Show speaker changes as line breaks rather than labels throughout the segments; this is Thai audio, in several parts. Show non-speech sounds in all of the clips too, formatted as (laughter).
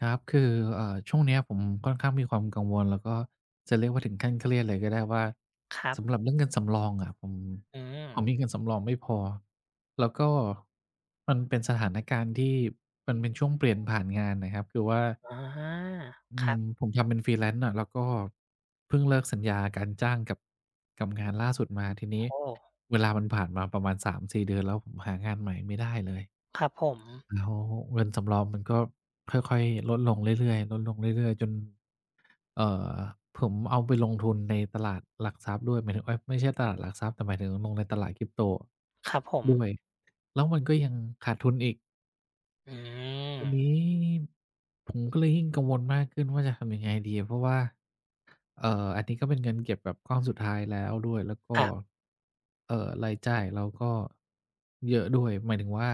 ครับคือช่วงเนี้ยผมค่อนข้างมีความกังวลแล้วก็จะเรียกว่าถึงขั้นเครียดเลยก็ได้ว่า
ครั
สำหรั
บ
บเรื่องเงินสำรองอะผม
อืม
ผมมีเงินสำรองไม่พอแล้วก็มันเป็นสถานการณ์ที่มันเป็นช่วงเปลี่ยนผ่านงานนะครับคือว่า
อาครับ
ผมทำเป็น Freelance น่ะแล้วก็เพิ่งเลิกสัญญาการจ้างกับงานล่าสุดมาทีนี้
โอ้
เวลามันผ่านมาประมาณสามสี่เดือนแล้วผมหางานใหม่ไม่ได้เลย
ครับผม
แล้วเงินสำรองมันก็ค่อยๆลดลงเรื่อยๆลดลงเรื่อยๆจนเอ่อผมเอาไปลงทุนในตลาดหลักทรัพย์ด้วยหมายถึงเอ๊ยไม่ใช่ตลาดหลักทรัพย์แต่หมายถึงลงในตลาด Crypto
ครับผม
ด้วยแล้วมันก็ยังขาดทุนอีก
อืม
ทีนี้ผมก็เลยยิ่งกังวลมากขึ้นว่าจะทำยังไงดีเพราะว่า อันนี้ก็เป็นเงินเก็บแบบก้อนสุดท้ายแล้วด้วย แล้วก็
ครับ
รายจ่ายเราก็เยอะด้วย หมายถึงว่า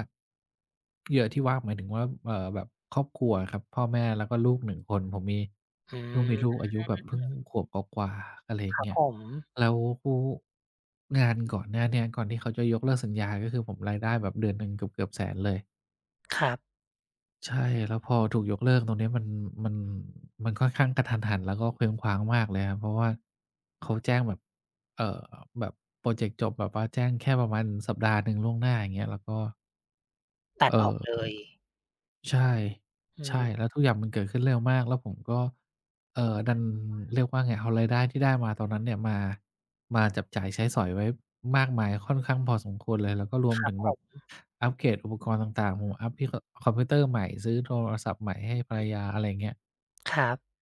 เยอะที่ว่าหมายถึงว่าแบบครอบครัวอะครับพ่อแม่แล้วก็ลูกหนึ่งคนผมมี
อื
เพิ่งมีลู
ม
กอายุแบบเพิ่งขวบกว่าๆอะไรอ
ค
ย่าง
รับ
เงี้ย
ผม
แล้วคู่งานก่อนหน้าเนี้ยก่อนที่เขาจะยกเลิกสัญญาก็คือผมรายได้แบบเดือนหนึ่งเกือบๆ10เลย
ครับ
ใช่แล้วพอถูกยกเลิกตรงเนี้ยมันมันค่อนข้างกระทันหันแล้วก็เคว้งคว้างมากเลยครับเพราะว่าเขาแจ้งแบบเอ่อแบบพรอเจกต์จบแบบว่าแจ้งแค่ประมาณสัปดาห์หนึ่งล่วงหน้าอย่างเงี้ยแล้วก็
ตัด
เอ่
ออกเล
อ
ย
ใช่
อืม
ใช่แล้วทุกอย่างมันเกิดขึ้นเร็วมากแล้วผมก็ดันเรียกว่าไงเอารายได้ที่ได้มาตอนนั้นเนี่ยมาจับจ่ายใช้สอยไว้มากมายค่อนข้างพอสมควรเลยแล้วก็รวมถึง
ผ
แบบ
ม
อัปเกรดอุปกรณ์ต่างๆผมอัปที่คอมพิวเตอร์ใหม่ซื้อโทรศัพท์ใหม่ให้ภรรยาอะไรอย่างเงี้ย
ครับ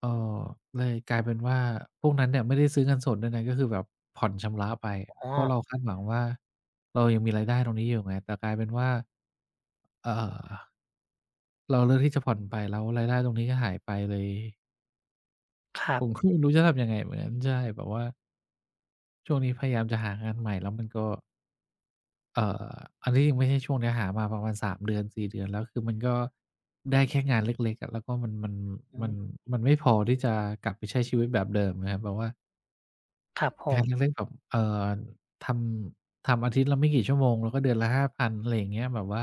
เอ่อเลยกลายเป็นว่าพวกนั้นเนี่ยไม่ได้ซื้อเงินสดด้วยนะก็คือแบบผ่อนชำระไป
อ๋อ
เพราะเราคาดหวังว่าเรายังมีรายได้ตรงนี้อยู่ไงแต่กลายเป็นว่าเอ่อ เราเลือกที่จะผ่อนไปแล้วรายได้ตรงนี้ก็หายไปเลย
ครั
ผมก็
บ
ไม่รู้จะทำยังไงเหมือนกันใช่แบบว่าช่วงนี้พยายามจะหางานใหม่แล้วมันก็เอ่ออันที่จริงไม่ใช่ช่วงเนี้ยหามาประมาณสามเดือนเดือนแล้วคือมันก็ได้แค่งานเล็กๆอะแล้วก็
อื
มัน
ม
มันไม่พอที่จะกลับไปใช้ชีวิตแบบเดิมนะครับแบบว่า
ครับผ
งา
ม
นเล็กๆแบบททำอาทิตย์ละไม่กี่ชั่วโมงแล้วก็เดือนละห้าพันอะไรอย่างเงี้ยแบบว่า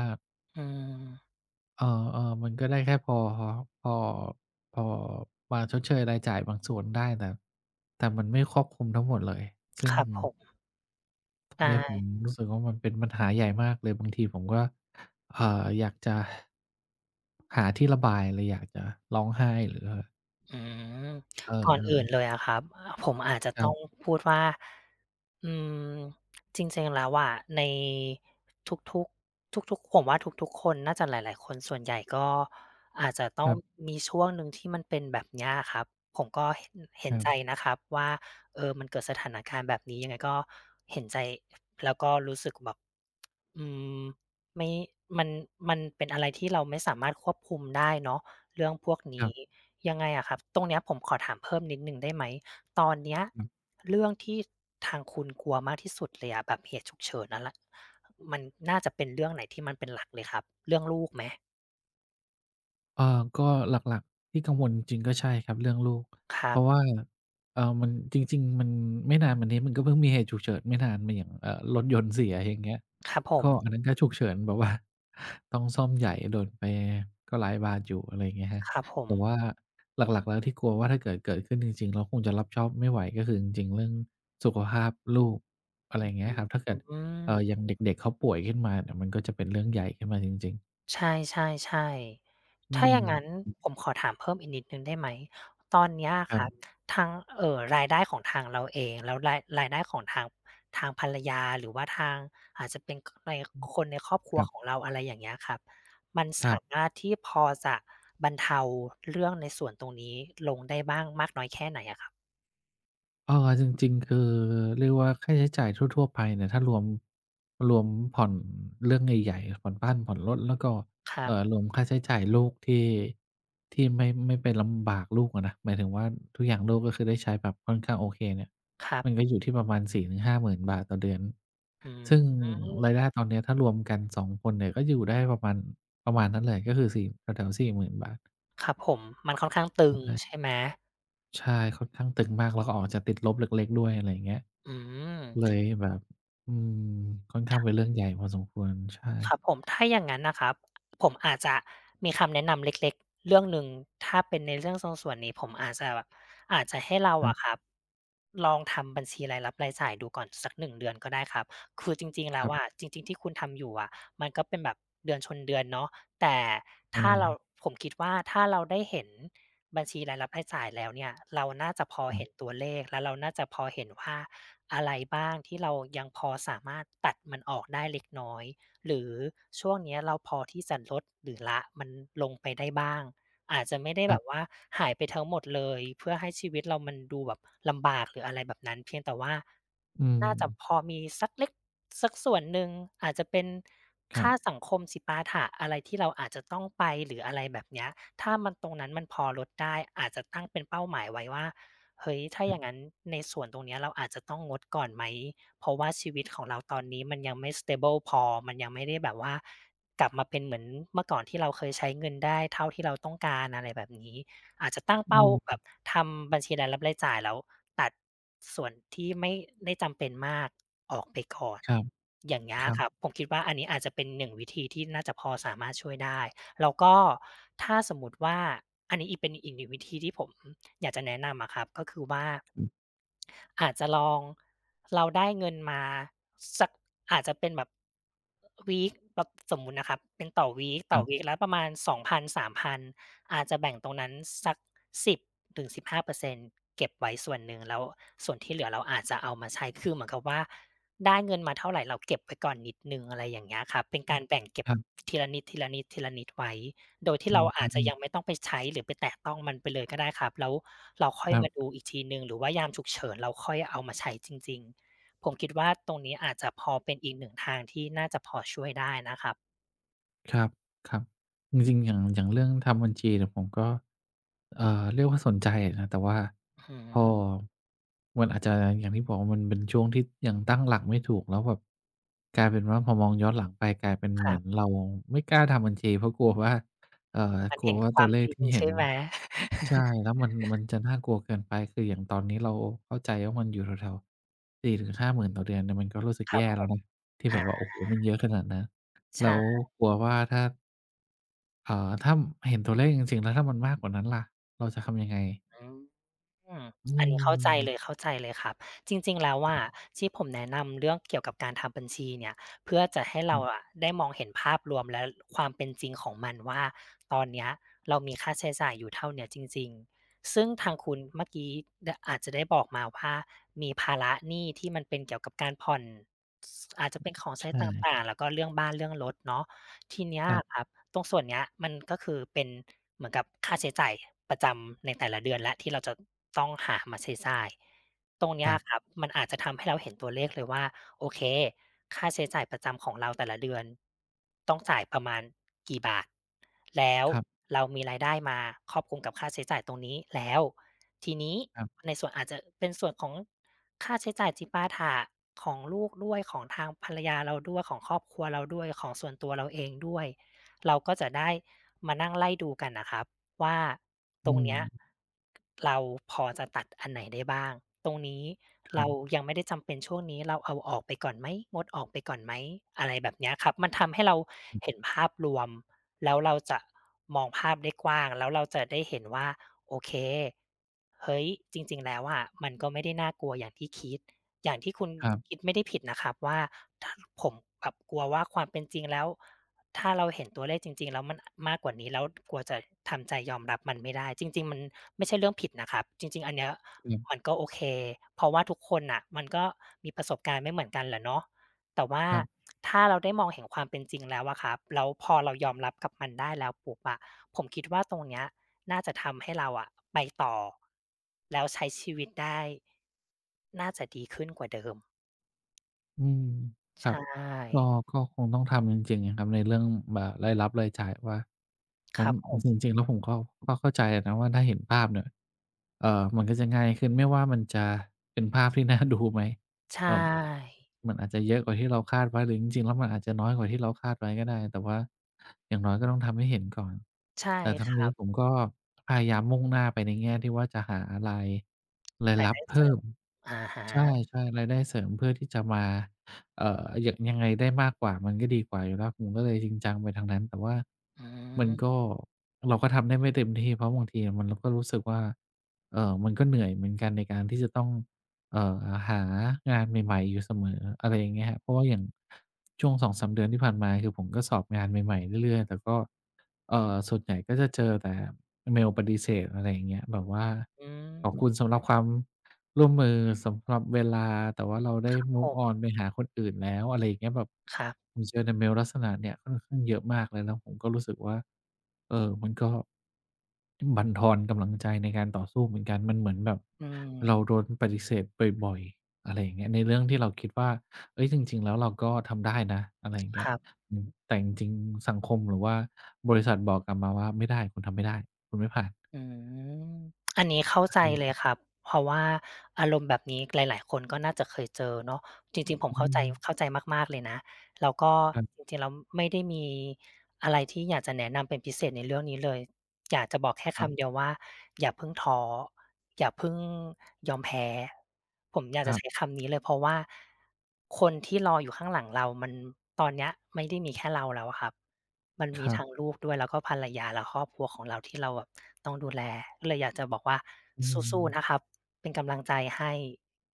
อืม
เออๆมันก็ได้แค่พอพอมาชดเชยรายจ่ายบางส่วนได้แต่มันไม่ครอบคลุมทั้งหมดเลยซึ่
ค
ง
รับผม
ตรงเนี้ยผม
ได้
รู้สึกว่ามันเป็นปัญหาใหญ่มากเลยบางทีผมก็อยากจะหาที่ระบายเลยอยากจะร้องไห้หรือ
อืม
เออ
ก่อนอื่นเลย
ๆ
อะครับผมอาจจะต้อง
ค
พูดว่าอืมจริงๆแล้วอะในทุกๆทุกๆผมว่าทุกๆคนน่าจะหลายๆคนส่วนใหญ่ก็อาจจะต้อง
รับๆ
มีช่วงหนึ่งที่มันเป็นแบบเนี้ยอะครับผมก็เห็นใจ
ๆ
นะครับว่าเออมันเกิดสถานการณ์แบบนี้ยังไงก็เห็นใจแล้วก็รู้สึกแบบอืมไม่มันมันเป็นอะไรที่เราไม่สามารถควบคุมได้เนาะ เรื่องพวก
ครั
นี้
บ
ยังไงอะครับตรงเนี้ยผมขอถามเพิ่มนิดหนึ่งได้ไหมตอนเนี้ย
ๆ
เรื่องที่ทางคุณกลัวมากที่สุดเลยอะแบบเหตุฉุกเฉินนั่นแหละมันน่าจะเป็นเรื่องไหนที่มันเป็นหลักเลยครับเรื่องลูกไหม
ก็หลักๆที่กังวลจริงๆก็ใช่ครับเรื่องลูก
ค
เพ
รับ
ราะว่ามันจริงๆมันไม่นานมานี้มันก็เพิ่งมีเหตุฉุกเฉินไม่นานมาอย่างรถยนต์เสียอย่างเงี้ย
ครับผม
ก็อันนั้นก็ฉุกเฉินแบบว่า (laughs) ต้องซ่อมใหญ่โดนไปก็หลายบาทอยู่อะไรอย่างเงี้ยครับ
ครับผม
แต่ว่าหลักๆแล้วที่กลัวว่าถ้าเกิดขึ้นจริงๆเราคงจะรับชอบไม่ไหวก็คือจริงๆเรื่องสุขภาพลูกอะไรอย่างเงี้ยครับถ้าเกิด
อื
อย่า
ม
งเด็กๆเขาป่วยขึ้นมาเนี่ยมันก็จะเป็นเรื่องใหญ่ขึ้นมาจริงๆ
ใช่ๆๆ
อื
ถ้าอ
ม
ย่างงั้นผมขอถามเพิ่มอีกนิดหนึ่งได้ไหม ตอนเนี้ยอะ
ค
ค
รั
รับ
บ
ทางรายได้ของทางเราเองแล้วรายได้ของทางทางภรรยาหรือว่าทางอาจจะเป็นคนในครอบครั
ค
ว
รั
ของ
บ
เราอะไรอย่างเงี้ยครับมัน
ครั
สา
บ
มารถที่พอจะบรรเทาเรื่องในส่วนตรงนี้ลงได้บ้างมากน้อยแค่ไหนอะครับ
เออจริงๆ คือเรียกว่าค่าใช้จ่ายทั่วๆ ไปเนี่ยถ้ารวมผ่อนเรื่องใหญ่ๆผ่อนบ้านผ่อนรถแล้วก็
ครั
ร
บ
วมค่าใช้จ่ายลูกที่ไม่ไปลำบากลูกอะนะหมายถึงว่าทุกอย่างลูกก็คือได้ใช้แบบค่อนข้างโอเคเนี่ย
ครับ
มันก็อยู่ที่ประมาณ4ห้าหมื่นบาทต่อเดือน
อื
ซึ่
ม
งรายได้ตอนเนี้ยถ้ารวมกันสองคนเนี่ยก็อยู่ได้ประมาณนั้นเลยก็คือสี่แถวๆสี่หมื่นบาท
ครับผมมันค่อนข้างตึงใช่ไหม
ใช่ค่อนข้างตึงมากแล้วก็ออกจะติดลบเล็กๆด้วยอะไรอย่างเงี้ย
อื
เล
ม
ยแบบอืมค่อนข้างเป็นเรื่องใหญ่พอสมควร ใช่
ครับผมถ้าอย่างนั้นนะครับผมอาจจะมีคำแนะนำเล็กๆเรื่องหนึ่งถ้าเป็นในเรื่องตรงส่วนนี้ผมอาจจะแบบอาจจะให้เรา
ครั
อะค
บ
รับลองทำบัญชีรายรับรายจ่ายดูก่อนสัก1เดือนก็ได้ครับคือจริงๆ
ค
แล้ว
รั
อะ
บ
จริงๆที่คุณทำอยู่อะมันก็เป็นแบบเดือนชนเดือนเนาะแต่
ใช
ถ้าเรา
่
ผมคิดว่าถ้าเราได้เห็นบัญชีรายรับรายจ่ายแล้วเนี่ยเราน่าจะพอ
ครั
เห็น
บ
ตัวเลขแล้วเราน่าจะพอเห็นว่าอะไรบ้างที่เรายังพอสามารถตัดมันออกได้เล็กน้อย หรือช่วงเนี้ยเราพอที่จะลดหรือละมันลงไปได้บ้างอาจจะไม่ได้
ครั
แบบ
บ
ว่าหายไปทั้งหมดเลยเพื่อให้ชีวิตเรามันดูแบบลำบากหรืออะไรแบบนั้นเพียงแต่ว่า
อืม
น่าจะพอมีสักเล็กสักส่วนหนึ่งอาจจะเป็น
ครั
ค่า
บ
สังคมสิปาถะอะไรที่เราอาจจะต้องไปหรืออะไรแบบเนี้ยถ้ามันตรงนั้นมันพอลดได้อาจจะตั้งเป็นเป้าหมายไว้ว่าเฮ้ยถ้าอย่างงั้นในส่วนตรงเนี้ยเราอาจจะต้องงดก่อนไหม เพราะว่าชีวิตของเราตอนนี้มันยังไม่สเตเบิลพอมันยังไม่ได้แบบว่ากลับมาเป็นเหมือนเมื่อก่อนที่เราเคยใช้เงินได้เท่าที่เราต้องการอะไรแบบนี้อาจจะตั้งเป้า
อื
แบ
ม
บทำบัญชีรายรับรายจ่ายแล้วตัดส่วนที่ไม่ได้จำเป็นมากออกไปก่อน
ครับ
อย่างเงี้
ค
ย
รั
ครับ
บ
ผมคิดว่าอันนี้อาจจะเป็นหนึ่งวิธีที่น่าจะพอสามารถช่วยได้ แล้วก็ถ้าสมมุติว่าอันนี้อีกเป็นอีกหนึ่งวิธีที่ผมอยากจะแนะนำอะครับก็คือว่า
อืม
อาจจะลองเราได้เงินมาสักอาจจะเป็นแบบ week แบบสมมุตินะครับเป็นต่อ week
ค
ต่
รั
อ week
บ
ละประมาณ2,000-3,000องพันสามพันอาจจะแบ่งตรงนั้นสัก10-15%เปอร์เซ็นต์เก็บไว้ส่วนหนึ่งแล้วส่วนที่เหลือเราอาจจะเอามาใช้คือเหมือนกับว่า ได้เงินมาเท่าไรเราเก็บไว้ก่อนนิดหนึ่งอะไรอย่างเงี้ยครับเป็น
อื
กา
ม
รแบ่งเก็บ
ครับ
ทีละนิดๆๆไว้โดยที่
อื
เราอาจจะยังไม่
ม
ต้องไปใช้หรือไปแตะต้องมันไปเลยก็ได้ครับแล้วเราค่อ
ค
ย
รั
มาดู
บ
อีกทีหนึ่งหรือว่ายามฉุกเฉินเราค่อยเอามาใช้จริงๆผมคิดว่าตรงนี้อาจจะพอเป็นอีกหนึ่งทางที่น่าจะพอช่วยได้นะครับ
ครับครับจริงๆอย่างอย่างเรื่องทำบัญชีเนี่ยผมก็เรียกว่าสนใจนะแต่ว่า
อือฮึ
พอมันอาจจะอย่างที่บอกว่ามันเป็นช่วงที่ยังตั้งหลักไม่ถูกแล้วแบบกลายเป็นว่าพอมองย้อนหลังไปกลายเป็น
ค
เหมื
รั
อน
บ
เราไม่กล้าทำบัญชีเพราะกลัวว่าเอ่อ
มัน
กลัว
เห็น
ว่า
ค
ตั
วา
ว
ม
เลข
จริง
ที่เห็น
ใช่ไหม
ใช่แล้วมันจะน่ากลัวเกินไปคืออย่างตอนนี้เราเข้าใจว่ามันอยู่แถวๆสี่ถึงหาหมื่นต่อเดือนเนี่ยมันก็รู้สึก
ครั
แย่
บผ
แล้ว
ม
นะที่แบ
อา
บว่าโอ้โฮมันเยอะขนาดนั้น แล้ว
ใช่
กลัวว่าถ้าอ่าถ้าเห็นตัวเลขจริงๆแล้วถ้ามันมากกว่านั้นล่ะ เราจะทำยังไง
อืม อืม
อื
อันนี้เข้าใจเลย
ม
เข้าใจเลยครับจริงๆแล้ว
ครั
อะ
บ
ที่ผมแนะนำเรื่องเกี่ยวกับการทำบัญชีเนี่ยเพื่อจะให้
อื
เราอะ
ม
ได้มองเห็นภาพรวมและความเป็นจริงของมันว่าตอนเนี้ยเรามีค่าใช้จ่ายอยู่เท่าเนี้ยจริงๆซึ่งทางคุณเมื่อกี้ดอาจจะได้บอกมาว่ามีภาระหนี้ที่มันเป็นเกี่ยวกับการผ่อนสอาจจะเป็นของ
ใช
ใช้ต่า
่
งๆแล้วก็เรื่องบ้านเรื่องรถเนาะ ทีเนี้ย
ครั
ค
บ
รับตรงส่วนเนี้ยมันก็คือเป็นเหมือนกับค่าใช้จ่ายประจำในแต่ละเดือนและที่เราจะต้องหามาใช้จ่ายตรง
ค
เนี้ย
รั
ครั
บ
บมันอาจจะทำให้เราเห็นตัวเลขเลยว่าโอเคค่าใช้จ่ายประจำของเราแต่ละเดือนต้องจ่ายประมาณกี่บาทแล้ว
ครับ
เรามีรายได้มาครอบคลุมกับค่าใช้จ่ายตรงนี้แล้วทีนี้
ครับ
ในส่วนอาจจะเป็นส่วนของ ค่าใช้จ่ายจิปาถะของลูกด้วยของทางภรรยาเราด้วยของครอบครัวเราด้วยของส่วนตัวเราเองด้วยเราก็จะได้มานั่งไล่ดูกันน่ะครับว่าตร
อื
งเนี้ย
ม
เราพอจะตัดอันไหนได้บ้างตรงนี้
ครั
เรา
บ
ยังไม่ได้จำเป็นช่วงนี้เราเอาออกไปก่อนไหมงดออกไปก่อนไหมอะไรแบบเนี้ยครับมันทำให้เรา
อื
เห็นภาพรวมแล้วเราจะมองภาพได้กว้างแล้วเราจะได้เห็นว่า โอเคเฮ้ยจริงๆแล้วอะมันก็ไม่ได้น่ากลัวอย่างที่คิดอย่างที่คุณ
อครับ
คิดไม่ได้ผิดนะครับว่าถ้าผมกลับกลัวว่าความเป็นจริงแล้วถ้าเราเห็นตัวเลขจริงๆแล้วมันมากกว่านี้แล้วกลัวจะทำใจยอมรับมันไม่ได้จริงๆมันไม่ใช่เรื่องผิดนะครับจริงๆอันเนี้ย
อืม
มันก็โอเคเพราะว่าทุกคนน่ะมันก็มีประสบการณ์ไม่เหมือนกันแหละเนาะแต่ว่า
ครับ
ถ้าเราได้มองเห็นความเป็นจริงแล้วอะครับแล้วพอเรายอมรับกับมันได้แล้วปุ๊บอะผมคิดว่าตรงเนี้ย น่าจะทำให้เราอะไปต่อแล้วใช้ชีวิตได้น่าจะดีขึ้นกว่าเดิม
อืมครับ
ใช่
ก็ก็คงต้องทำจริงๆอะครับในเรื่องรายรับรายจ่ายว่าผ
ค
ม
รับผม
จริงๆแล้วผมก็ก็เข้าใจอะนะว่าถ้าเห็นภาพเนี่ยเอ่อมันก็จะง่ายขึ้นไม่ว่ามันจะเป็นภาพที่น่าดูไหม
ใช
แบบ
่
มันอาจจะเยอะกว่าที่เราคาดไว้หรือจริงๆแล้วมันอาจจะน้อยกว่าที่เราคาดไว้ก็ได้แต่ว่าอย่างน้อยก็ต้องทำให้เห็นก่อน
ใช่
แต่ทั้
ค
ง
รั
นี้
บ
ผมก็พยายามมุ่งหน้าไปในแง่ที่ว่าจะหารายราย
ราย
รับ
ได้เสริ
เพิ่
ม
ม
อะฮะ
ใช่ๆรายได้เสริมเพื่อที่จะมายังยังไงได้มากกว่ามันก็ดีกว่าอยู่แล้วผมก็เลยจริงจังไปทางนั้นแต่ว่า
อื
มันก็
ม
เราก็ทำได้ไม่เต็มที่เพราะบางทีมันเราก็รู้สึกว่ามันก็เหนื่อยเหมือนกันในการที่จะต้อง เอ่อหางานใหม่ๆอยู่เสมออะไรอย่างเงี้ยครับเพราะว่าอย่างช่วง2-3เดือนที่ผ่านมาคือผมก็สอบงานใหม่ๆเรื่อยๆแต่ก็ส่วนใหญ่ก็จะเจอแต่เมลปฏิเสธอะไรอย่างเงี้ยแบบว่า
อืม
ขอบคุณสำหรับความ ร่วมมือสำหรับเวลาแต่ว่าเราได้
ผ
move
ม
on ไปหาคนอื่นแล้วอะไรอย่างเงี้ยแบบ
ครับ
ผมเจอในเมลลักษณะเนี่ยค่อนข้างเยอะมากเลยแล้วผมก็รู้สึกว่าเออมันก็บั่นทอนกำลังใจในการต่อสู้เหมือนกันมันเหมือนแบบ
อืม
เราโดนปฏิเสธบ่อยๆอะไรอย่างเงี้ยในเรื่องที่เราคิดว่าเฮ้ยจริงๆแล้วเราก็ทำได้นะอะไรอย่าง
ค
เงี้ย
รับ
อืมแต่จริงๆสังคมหรือว่าบริษัทบอกกลับมาว่าไม่ได้คุณทำไม่ได้คุณไม่ผ่าน
อืมอันนี้เข้าใจเลย
ใช่
ครับเพราะว่าอารมณ์แบบนี้หลายๆคนก็น่าจะเคยเจอเนาะจริงๆผม
อื
เข้าใจ
ม
เข้าใจมากๆเลยนะแล้วก็
ครั
จ
บ
ริงๆแล้วไม่ได้มีอะไรที่อยากจะแนะนำเป็นพิเศษในเรื่องนี้เลยอยากจะบอกแค่
ครั
คำเดีย
บ
วว่าอย่าเพิ่งท้ออย่าเพิ่งยอมแพ้ผมอยาก
ค
จะ
รั
ใช้
บ
คำนี้เลยเพราะว่าคนที่รออยู่ข้างหลังเรามันตอนเนี้ยไม่ได้มีแค่เราแล้วอะครับ มัน
ค
มี
รั
ทั้ง
บ
ลูกด้วยแล้วก็ภรรยาและครอบครัวของเราที่เราแบบต้องดูแลก็เลยอยากจะบอกว่า
อืม
สู้ๆนะครับเป็นกำลังใจให้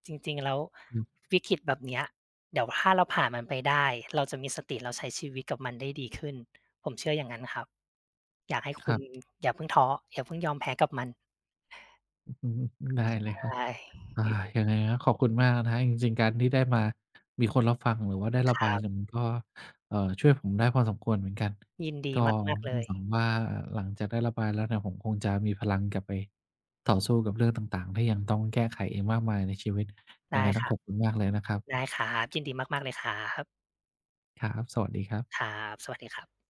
จริงๆแล้ว
อือ
วิกฤตแบบเนี้ยเดี๋ยวถ้าเราผ่านมันไปได้เราจะมีสติเราใช้ชีวิตกับมันได้ดีขึ้นผมเชื่ออย่างงั้นครับอยากให้
ค
คุ
รั
ณ
บ
อย่าเพิ่งท้ออย่าเพิ่งยอมแพ้กับมัน
อือได้เลยครับ
ได้
อายังไงก็ขอบคุณมากนะครับจริงๆการที่ได้มามีคนรับฟังหรือว่าได้ระ
ครั
บายเนี่ย
บ
มันก็ช่วยผมได้พอสมควรเหมือนกัน
ยินดี
ก็
มากๆเลย
หวังว่าหลังจากได้ระบายแล้วเนี่ยผมคงจะมีพลังกลับไปต่อสู้กับเรื่องต่างๆที่ยังต้องแก้ไขอีกมากมายในชีวิตยัง
ได้
ไงต้
ค
อง
รั
ข
บ
อบคุณมากเลยนะครั
ได้
บ
ครับยินดีมากๆเลยครับ
ครับสวัสดีครั
ค
บ
รับสวัสดีครับ